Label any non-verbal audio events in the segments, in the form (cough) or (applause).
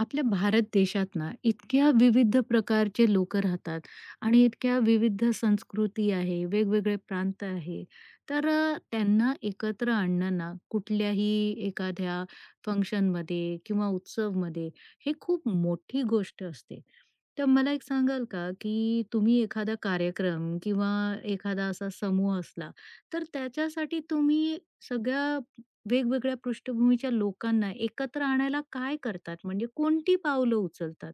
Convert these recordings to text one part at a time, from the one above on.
आपल्या भारत देशात ना इतक्या विविध प्रकारचे लोक राहतात आणि इतक्या विविध संस्कृती आहे वेगवेगळे प्रांत आहे तर त्यांना एकत्र आणणं ना कुठल्याही एखाद्या फंक्शनमध्ये किंवा उत्सवमध्ये हे खूप मोठी गोष्ट असते. तर मला एक सांगाल का की तुम्ही एखादा कार्यक्रम किंवा एखादा असा समूह असला तर त्याच्यासाठी तुम्ही सगळ्या वेगवेगळ्या पृष्ठभूमीच्या लोकांना एकत्र आणायला काय करतात? म्हणजे कोणती पावलं उचलतात?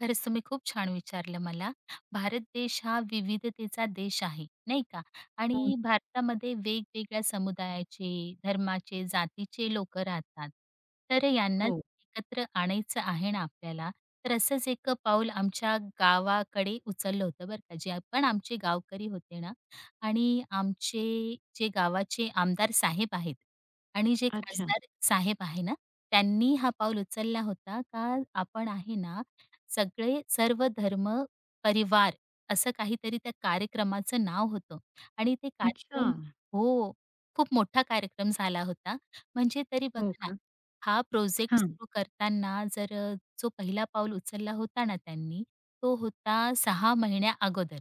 खरंच तुम्ही खूप छान विचारलं मला. भारत देश हा विविधतेचा देश आहे, नाही का? हो, आणि भारतामध्ये वेगवेगळ्या समुदायाचे, धर्माचे, जातीचे लोकं राहतात. तर यांना हो. एकत्र आणायचं आहे ना आपल्याला. तर असंच एक पाऊल आमच्या गावाकडे उचललं होतं बरं का. जे पण आमचे गावकरी होते ना, आणि आमचे जे गावाचे आमदार साहेब आहेत आणि जे अच्छा, खासदार साहेब आहे ना, त्यांनी हा पाऊल उचलला होता का आपण आहे ना सगळे सर्व धर्म परिवार असं काहीतरी त्या कार्यक्रमाचं नाव होतं आणि ते अच्छा. कार्यक्रम हो, खूप मोठा कार्यक्रम झाला होता. म्हणजे तरी हो बघा ना, का? हा प्रोजेक्ट हां. सुरू करताना जर जो पहिला पाऊल उचलला होता ना त्यांनी, तो होता 6 महिन्या अगोदर.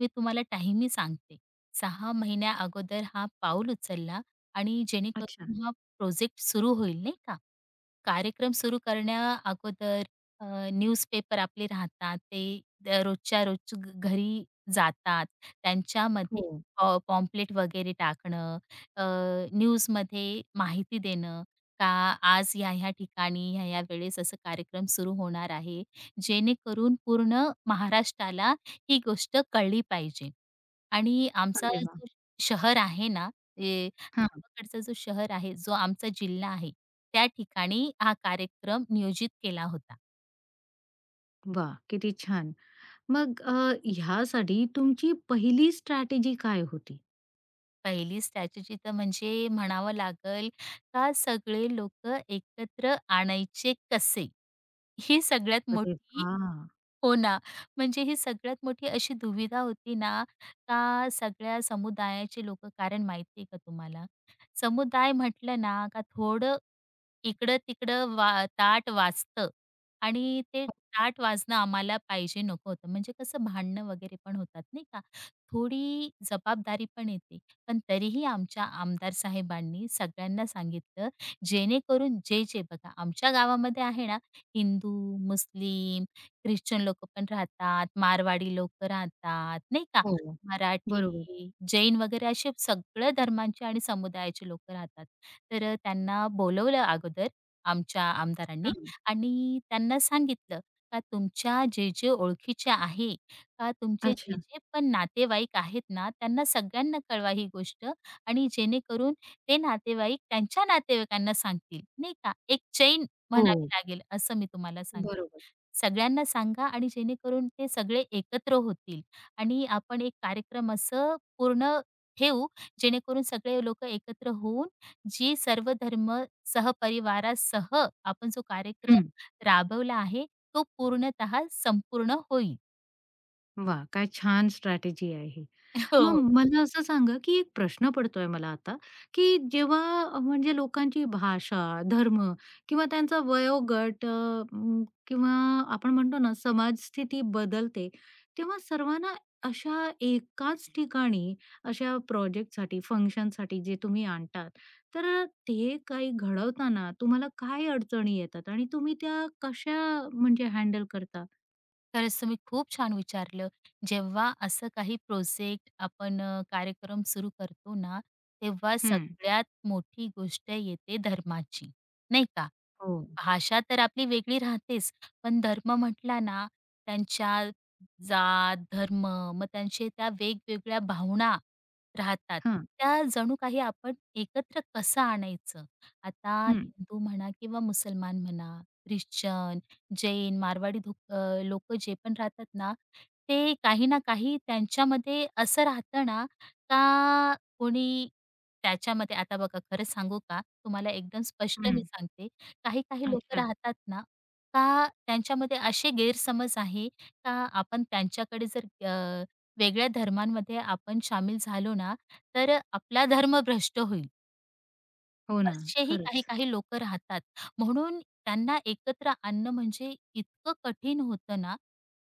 मी तुम्हाला टाईमही सांगते. 6 महिन्या अगोदर हा पाऊल उचलला आणि अच्छा. जेणेकरून हा प्रोजेक्ट सुरू होईल नाही का. कार्यक्रम सुरू करण्या अगोदर, अ, न्यूजपेपर आपले राहतात. ते रोजच्या रोज घरी जातात. त्यांच्यामध्ये हो. पॉम्पलेट वगैरे टाकणं, अ, न्यूजमध्ये माहिती देणं का आज ह्या-ह्या ठिकाणी, ह्या-ह्या वेळेस असं कार्यक्रम सुरू होणार आहे. जेणेकरून पूर्ण महाराष्ट्राला ही गोष्ट कळली पाहिजे. आणि आमचा अरे वाह! जो शहर आहे ना, ए हां. गावाकडचा जो शहर आहे, जो आमचा जिल्हा आहे. त्या ठिकाणी हा कार्यक्रम नियोजित केला होता. वा, किती छान. मग ह्यासाठी तुमची पहिली स्ट्रॅटेजी काय होती? पहिली स्ट्रॅटेजी तर म्हणजे म्हणावं लागेल का सगळे लोक एकत्र आणायचे कसे? ही सगळ्यात अरे मोठी, वाह! हो ना, म्हणजे ही सगळ्यात मोठी अशी दुविधा होती ना, का सगळ्या समुदायाचे लोकं कारण माहिती आहे का तुम्हाला? समुदाय म्हटलं ना, का थोडं इकडं-तिकडं वा ताट वाजतं आणि ते ताट वाजणं आम्हाला पाहिजे नको होतं. म्हणजे कसं भांडणं वगैरे पण होतात नाही का? थोडी जबाबदारी पण येते. पण तरीही आमच्या आमदार साहेबांनी सगळ्यांना सांगितलं, जेणेकरून जे-जे बघा आमच्या गावामध्ये आहे ना, हिंदू, मुस्लिम, ख्रिश्चन लोकं पण राहतात, मारवाडी लोकं राहतात, नाही का? हो, मराठी, बरोबर. जैन वगैरे असे सगळ्या धर्मांचे आणि समुदायाचे लोकं राहतात. तर त्यांना बोलवलं अगोदर आमच्या आमदारांनी हां. आणि त्यांना सांगितलं का तुमच्या जे-जे ओळखीचे आहे, का तुमचे अच्छा. जे-जे पण नातेवाईक आहेत ना, त्यांना सगळ्यांना कळवा ही गोष्ट. आणि जेणेकरून ते नातेवाईक त्यांच्या नातेवाईकांना सांगतील, नाही का? एक चैन म्हणावी हो, लागेल, असं मी तुम्हाला सांगते. बरोबर. सगळ्यांना सांगा आणि जेणेकरून ते सगळे एकत्र होतील आणि आपण एक कार्यक्रम असं पूर्ण ठेवू जेणेकरून सगळे लोक एकत्र होऊन जी सर्व धर्म सहपरिवारासह आपण जो कार्यक्रम हं. राबवला आहे तो पूर्णतः संपूर्ण होईल. वा, काय छान स्ट्रॅटेजी आहे ही. (laughs) मग हो. मला असं सांगा, की एक प्रश्न पडतोय मला आता, की जेव्हा म्हणजे लोकांची भाषा, धर्म किंवा त्यांचा वयोगट किंवा आपण म्हणतो ना समाजस्थिती बदलते, तेव्हा सर्वांना अशा एकाच ठिकाणी अशा प्रोजेक्टसाठी, फंक्शनसाठी जे तुम्ही आणतात, तर ते काही घडवताना तुम्हाला काय अडचणी येतात आणि तुम्ही त्या कशा म्हणजे हँडल करता? खरंच तुम्ही खूप छान विचारलं. जेव्हा असं काही प्रोजेक्ट आपण, कार्यक्रम सुरू करतो ना, तेव्हा हं. सगळ्यात मोठी गोष्ट येते धर्माची, नाही का? हो. भाषा तर आपली वेगळी राहतेच, पण धर्म म्हटला ना, त्यांच्या जात, धर्म, मग त्यांचे त्या वेगवेगळ्या भावना राहतात. हां. त्या जणू काही आपण एकत्र कसं आणायचं? आता हं. हिंदू म्हणा किंवा मुसलमान म्हणा, ख्रिश्चन, जैन, मारवाडी लोकं जे पण राहतात ना, ते काही ना काही त्यांच्यामध्ये असं राहतं ना, का कोणी त्याच्यामध्ये आता बघा खरं सांगू का? तुम्हाला एकदम स्पष्ट मी हं. सांगते. काही-काही लोकं अच्छा. राहतात ना, का त्यांच्यामध्ये असे गैरसमज आहे का आपण त्यांच्याकडे जर वेगळ्या धर्मांमध्ये आपण सामील झालो ना, तर आपला धर्म भ्रष्ट होईल. हो ना. असेही खरंच. काही-काही लोकं राहतात. म्हणून त्यांना एकत्र आणणं म्हणजे इतकं कठीण होतं ना,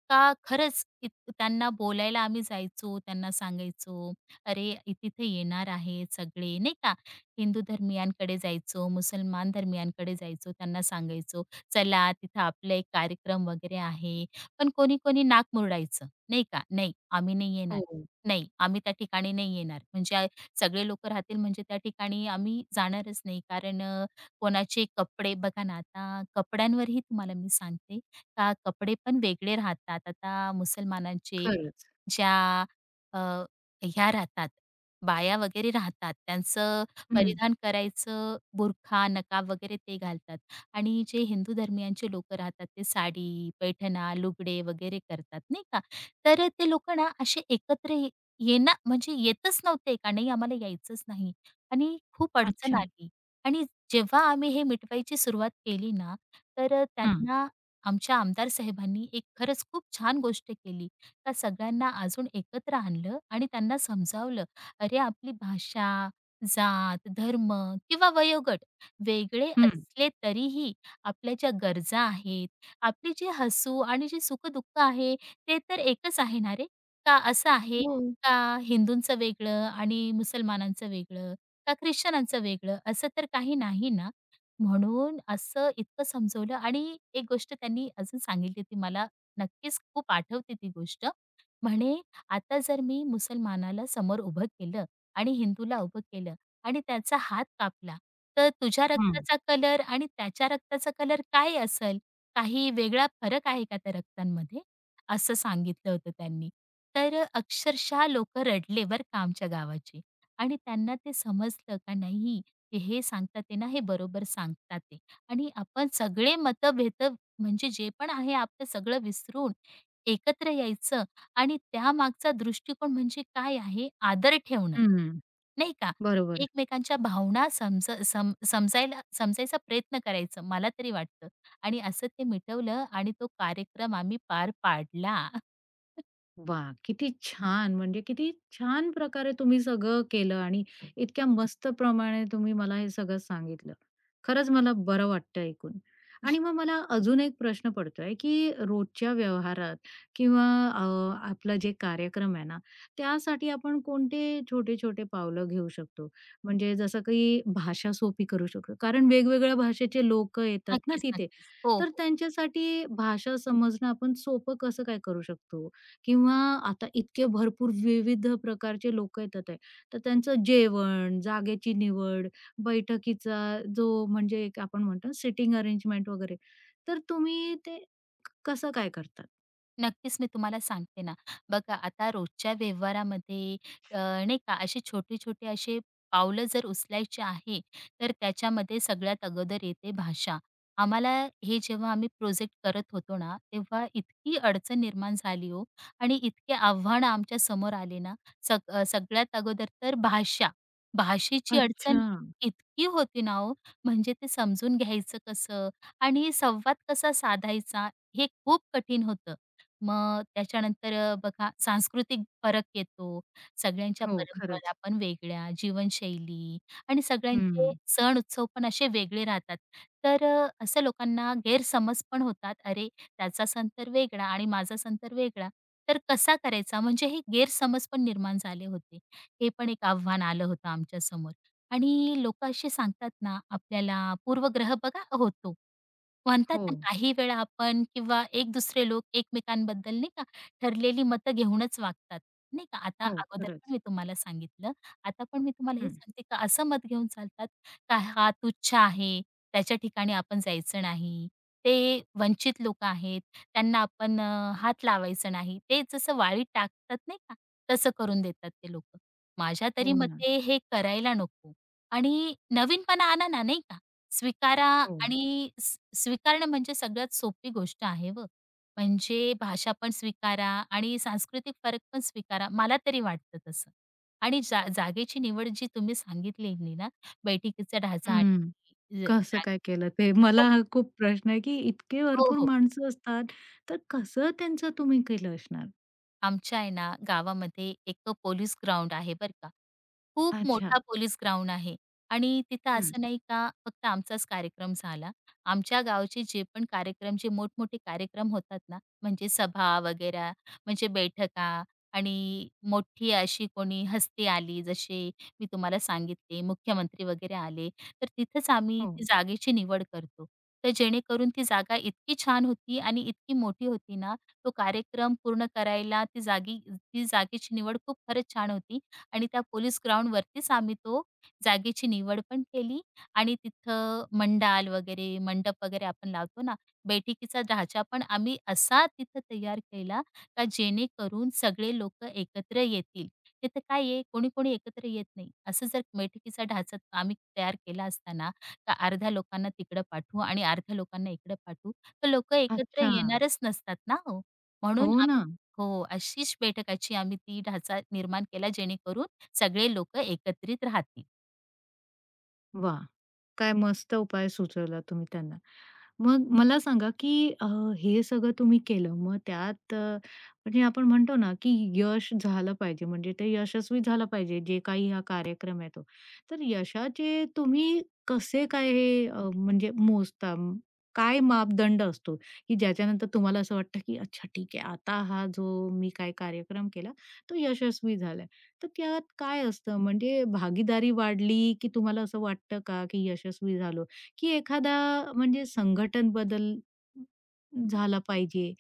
का खरंच इत त्यांना बोलायला आम्ही जायचो, त्यांना सांगायचो, "अरे, तिथे येणार आहेत सगळे," नाही का. हिंदू धर्मीयांकडे जायचो, मुसलमान धर्मीयांकडे जायचो, त्यांना सांगायचो, "चला, तिथं आपला एक कार्यक्रम वगैरे आहे." पण कोणी-कोणी नाक मुरडायचं, नाही का. "नाही, आम्ही नाही येणार. हो. नाही, आम्ही त्या ठिकाणी नाही येणार." म्हणजे सगळे लोक राहतील म्हणजे त्या ठिकाणी आम्ही जाणारच नाही. कारण, कोणाचे कपडे बघा ना, आता कपड्यांवरही तुम्हाला मी सांगते का कपडे पण वेगळे राहतात. आता मुसलमानांचे खरंच. ज्या, अ, ह्या राहतात, बाया वगैरे राहतात, त्यांचं हं. परिधान करायचं बुरखा, नकाब वगैरे ते घालतात आणि जे हिंदू धर्मियांचे लोकं राहतात, ते साडी, पैठणा, लुगडे वगैरे करतात, नाही का. तर ते लोकं ना असे एकत्र येणं म्हणजे येतच नव्हते का नाही आम्हाला यायचंच नाही आणि खूप अडचण अच्छा. आली, आणि जेव्हा आम्ही हे मिटवायची सुरुवात केली ना, तर हां. त्यांना आमच्या आमदार साहेबांनी एक खरंच खूप छान गोष्ट केली. का सगळ्यांना अजून एकत्र आणलं आणि त्यांना समजावलं, अरे आपली भाषा, जात, धर्म किंवा वयोगट वेगळे हं. असले तरीही आपल्या ज्या गरजा आहेत, आपली जी हसू आणि जी सुख-दुःख आहे, ते तर एकच आहे ना रे? का असं आहे हो. का हिंदूंचं वेगळं आणि मुसलमानांचं वेगळं, का ख्रिश्चनांचं वेगळं, असं तर काही नाही ना? म्हणून असं इतकं समजवलं आणि एक गोष्ट त्यांनी अजून सांगितली होती मला, नक्कीच खूप आठवते ती गोष्ट. म्हणे आता जर मी मुसलमानाला समोर उभं केलं आणि हिंदूला उभं केलं आणि त्याचा हात कापला, तर तुझ्या हं. रक्ताचा कलर आणि त्याच्या रक्ताचा कलर काय असेल? काही वेगळा फरक आहे का त्या रक्तांमध्ये? असं सांगितलं होतं त्यांनी. तर अक्षरशः लोकं रडले बरं का आमच्या गावाचे, आणि त्यांना ते समजलं का नाही, ते हे सांगतात आहे ना, हे बरोबर सांगतात ते, आणि आपण सगळे मतभेद म्हणजे जे पण आहे आपलं सगळं विसरून एकत्र यायचं, आणि त्यामागचा दृष्टिकोन म्हणजे काय आहे? आदर ठेवणं, हं. नाही का? बरोबर. एकमेकांच्या भावना समजायला समजायचा प्रयत्न करायचं, मला तरी वाटतं. आणि असं ते मिटवलं आणि तो कार्यक्रम आम्ही पार पाडला. वा, किती छान! म्हणजे किती छान प्रकारे तुम्ही सगळं केलं आणि इतक्या मस्त प्रमाणे तुम्ही मला हे सगळं सांगितलं. खरंच मला बरं वाटतं ऐकून. आणि मग मला अजून एक प्रश्न पडतोय, की रोजच्या व्यवहारात किंवा अ, आपला जे कार्यक्रम आहे ना, त्यासाठी आपण कोणते छोटे-छोटे पावलं घेऊ शकतो? म्हणजे जसं की भाषा सोपी करू शकतो. कारण वेगवेगळ्या भाषेचे लोकं येतात ना नक्कीच, तिथे. नक्कीच. हो. तर त्यांच्यासाठी भाषा समजणं आपण सोपं कसं काय करू शकतो? किंवा आता इतके भरपूर विविध प्रकारचे लोक येतात आहे. तर त्यांचं जेवण, जागेची निवड, बैठकीचा जो म्हणजे एक आपण म्हणतो सिटिंग अरेंजमेंट वगैरे. तर तुम्ही ते कसं काय करतात? नक्कीच मी तुम्हाला सांगते ना. बघा आता रोजच्या व्यवहारामध्ये, अ, नाही का असे छोटे-छोटे असे पावलं जर उचलायचे आहे, तर त्याच्यामध्ये सगळ्यात अगोदर येते भाषा. आम्हाला हे जेव्हा आम्ही प्रोजेक्ट करत होतो ना, तेव्हा इतकी अडचण निर्माण झाली हो आणि इतके आव्हानं आमच्या समोर आले ना, सगळ्यात अगोदर तर भाषा. भाषेची अच्छा. अडचण इतकी होती ना हो, म्हणजे ते समजून घ्यायचं कसं आणि संवाद कसा साधायचा, हे खूप कठीण होतं. मग त्याच्यानंतर, बघा सांस्कृतिक फरक येतो. सगळ्यांच्या हो, परंपरा खरंच. पण वेगळ्या, जीवनशैली आणि सगळ्यांचे हं. सण-उत्सव पण असे वेगळे राहतात. तर असं लोकांना गैरसमज पण होतात. "अरे, त्याचा सण तर वेगळा आणि माझा सण तर वेगळा, तर कसा करायचा?" म्हणजे हे गैरसमज पण निर्माण झाले होते. हे पण एक आव्हान आलं होतं आमच्यासमोर. आणि लोकं असे सांगतात ना आपल्याला पूर्वग्रह बघा होतो. म्हणतात हो, ना काही वेळा आपण किंवा एक दुसरे लोक एकमेकांबद्दल नाही का ठरलेली मतं घेऊनच वागतात नाही का. आता हो, अगोदर पण खरंच. मी तुम्हाला सांगितलं. आता पण मी तुम्हाला हे हं. सांगते का असं मत घेऊन चालतात का हा तुच्छ आहे, त्याच्या ठिकाणी आपण जायचं नाही. ते वंचित लोकं आहेत, त्यांना आपण, हात लावायचं नाही. ते जसं वाळीत टाकतात नाही का, तसं करून देतात ते लोकं. माझ्या तरी हो ना. मते हे करायला नको, आणि नवीनपणा आणा ना नाही का. स्वीकारा, हो. आणि स स्वीकारणं म्हणजे सगळ्यात सोपी गोष्ट आहे हो. म्हणजे भाषा पण स्वीकारा आणि सांस्कृतिक फरक पण स्वीकारा. मला तरी वाटतं तसं. आणि जागेची निवड जी तुम्ही सांगितलेली ना, बैठकीचा ढाचा आणि, हं. कसं काय जागेची केलं ते? मला हो, हा खूप प्रश्न आहे, की इतके हो, भरपूर हो. माणसं असतात, तर कसं त्यांचं तुम्ही केलं असणार? आमच्या आहे ना गावामध्ये एक पोलीस ग्राउंड आहे बरं का. खूप अच्छा. मोठा पोलीस ग्राउंड आहे, आणि तिथं हं. असं नाही का फक्त आमचाच कार्यक्रम झाला. आमच्या गावचे जे पण कार्यक्रम, जे मोठमोठे कार्यक्रम होतात ना, म्हणजे सभा वगैरे, म्हणजे बैठका आणि मोठी अशी कोणी हस्ती आली, जसे मी तुम्हाला सांगितले मुख्यमंत्री वगैरे आले, तर तिथंच आम्ही हो. ती जागेची निवड करतो. तर जेणेकरून ती जागा इतकी छान होती आणि इतकी मोठी होती ना, तो कार्यक्रम पूर्ण करायला ती जागी ती जागेची निवड खूप खरंच छान होती, आणि त्या पोलीस ग्राउंडवरतीच आम्ही तो जागेची निवड पण केली आणि तिथं मंडाल वगैरे, मंडप वगैरे आपण लावतो ना, बैठकीचा ढाचा पण आम्ही असा तिथं तयार केला का जेणेकरून सगळे लोकं एकत्र येतील. तिथं काय आहे कोणी-कोणी एकत्र येत नाही. असं जर बैठकीचा ढाचा आम्ही तयार केला असता ना, अर्ध्या लोकांना तिकडं पाठवू आणि अर्ध्या लोकांना इकडं पाठवू, तर लोकं एकत्र अच्छा. येणारच नसतात ना हो. म्हणून हो ना. आम्ही हो, अशीच बैठकाची आम्ही ती ढाचा निर्माण केला जेणेकरून सगळे लोकं एकत्रित राहतील. वा, काय मस्त उपाय सुचवला तुम्ही त्यांना. मग मला सांगा, की हे सगळं तुम्ही केलं. मग त्यात म्हणजे आपण म्हणतो ना, की यश झालं पाहिजे, म्हणजे ते यशस्वी झालं पाहिजे, जे काही हा कार्यक्रम आहे तो. तर यशाचे तुम्ही कसे काय हे म्हणजे मोजता? काय मापदंड असतो, की ज्याच्यानंतर तुम्हाला असं वाटतं, की अच्छा ठीक आहे, आता हा जो मी काय कार्यक्रम केला, तो यशस्वी झाला. तर त्यात काय असतं म्हणजे भागीदारी वाढली, की तुम्हाला असं वाटतं का, की यशस्वी झालो? की एखादा म्हणजे संघटन बदल झाला पाहिजे?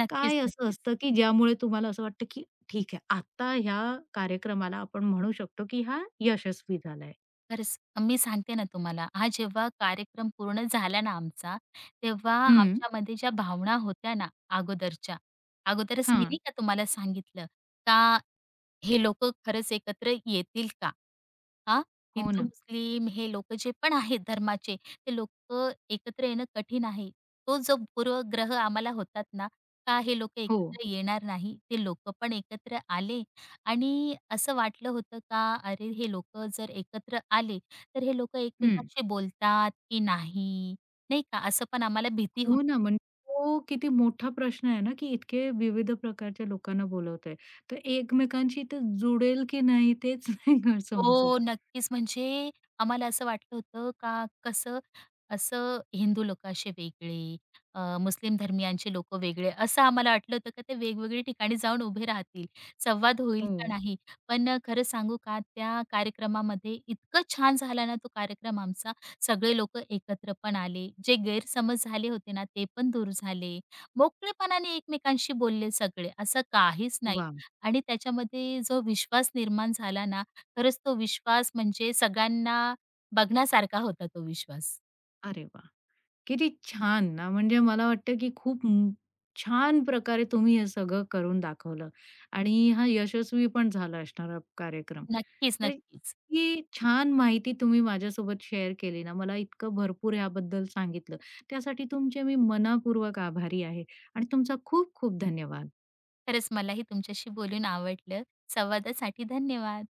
नक्कीच, काय असं नक्कीच. असतं, की ज्यामुळे तुम्हाला असं वाटतं, की ठीक आहे, आता ह्या कार्यक्रमाला आपण म्हणू शकतो, की हा यशस्वी झालाय? खरंच, मी सांगते ना तुम्हाला, हा जेव्हा कार्यक्रम पूर्ण झाला ना आमचा, तेव्हा हं. आमच्यामध्ये ज्या भावना होत्या ना अगोदरच्या, अगोदरच मी हां. नाही का तुम्हाला सांगितलं का हे लोकं खरंच एकत्र येतील का? हां, हो हिंदू, ना. मुस्लिम हे लोकं जे पण आहेत धर्माचे, ते लोकं एकत्र येणं कठीण आहे. तो जो पूर्वग्रह आम्हाला होतात ना, का हे लोकं हो. एकत्र येणार नाही, ते लोकं पण एकत्र आले आणि असं वाटलं होतं का अरे हे लोक जर एकत्र आले, तर हे लोकं हं. एकमेकांशी बोलतात की नाही, नाही का? असं पण आम्हाला भीती हो होती. ना. म्हणजे तो किती मोठा प्रश्न आहे ना, की इतके विविध प्रकारच्या लोकांना बोलवत आहे. तर एकमेकांशी ते जुडेल की नाही तेच नाही (laughs) समजत. हो, नक्कीच. म्हणजे आम्हाला असं वाटलं होतं का कसं असं हिंदू लोकं असे वेगळे, मुस्लिम धर्मियांचे लोकं वेगळे, असं आम्हाला वाटलं होतं का ते वेगवेगळ्या ठिकाणी जाऊन उभे राहतील. संवाद होईल हो. का नाही? पण खरं सांगू का त्या कार्यक्रमामध्ये इतकं छान झाला ना तो कार्यक्रम आमचा. सगळे लोकं एकत्र पण आले. जे गैरसमज झाले होते ना ते पण दूर झाले. मोकळेपणाने एकमेकांशी बोलले सगळे, असं काहीच नाही. वाह! आणि त्याच्यामध्ये जो विश्वास निर्माण झाला ना, खरंच तो विश्वास म्हणजे सगळ्यांना बघण्यासारखा होता तो विश्वास. अरे वाह! किती छान ना, म्हणजे मला वाटतं, की खूप छान प्रकारे तुम्ही हे सगळं करून दाखवलं आणि हा यशस्वी पण झाला असणार हा कार्यक्रम. नक्कीच, तर नक्कीच. इतकी छान माहिती तुम्ही माझ्यासोबत शेअर केली ना, मला इतकं भरपूर याबद्दल सांगितलं. त्यासाठी तुमचे मी मनःपूर्वक आभारी आहे आणि तुमचा खूप खूप धन्यवाद. खरंच मलाही तुमच्याशी बोलून आवडलं. संवादासाठी धन्यवाद.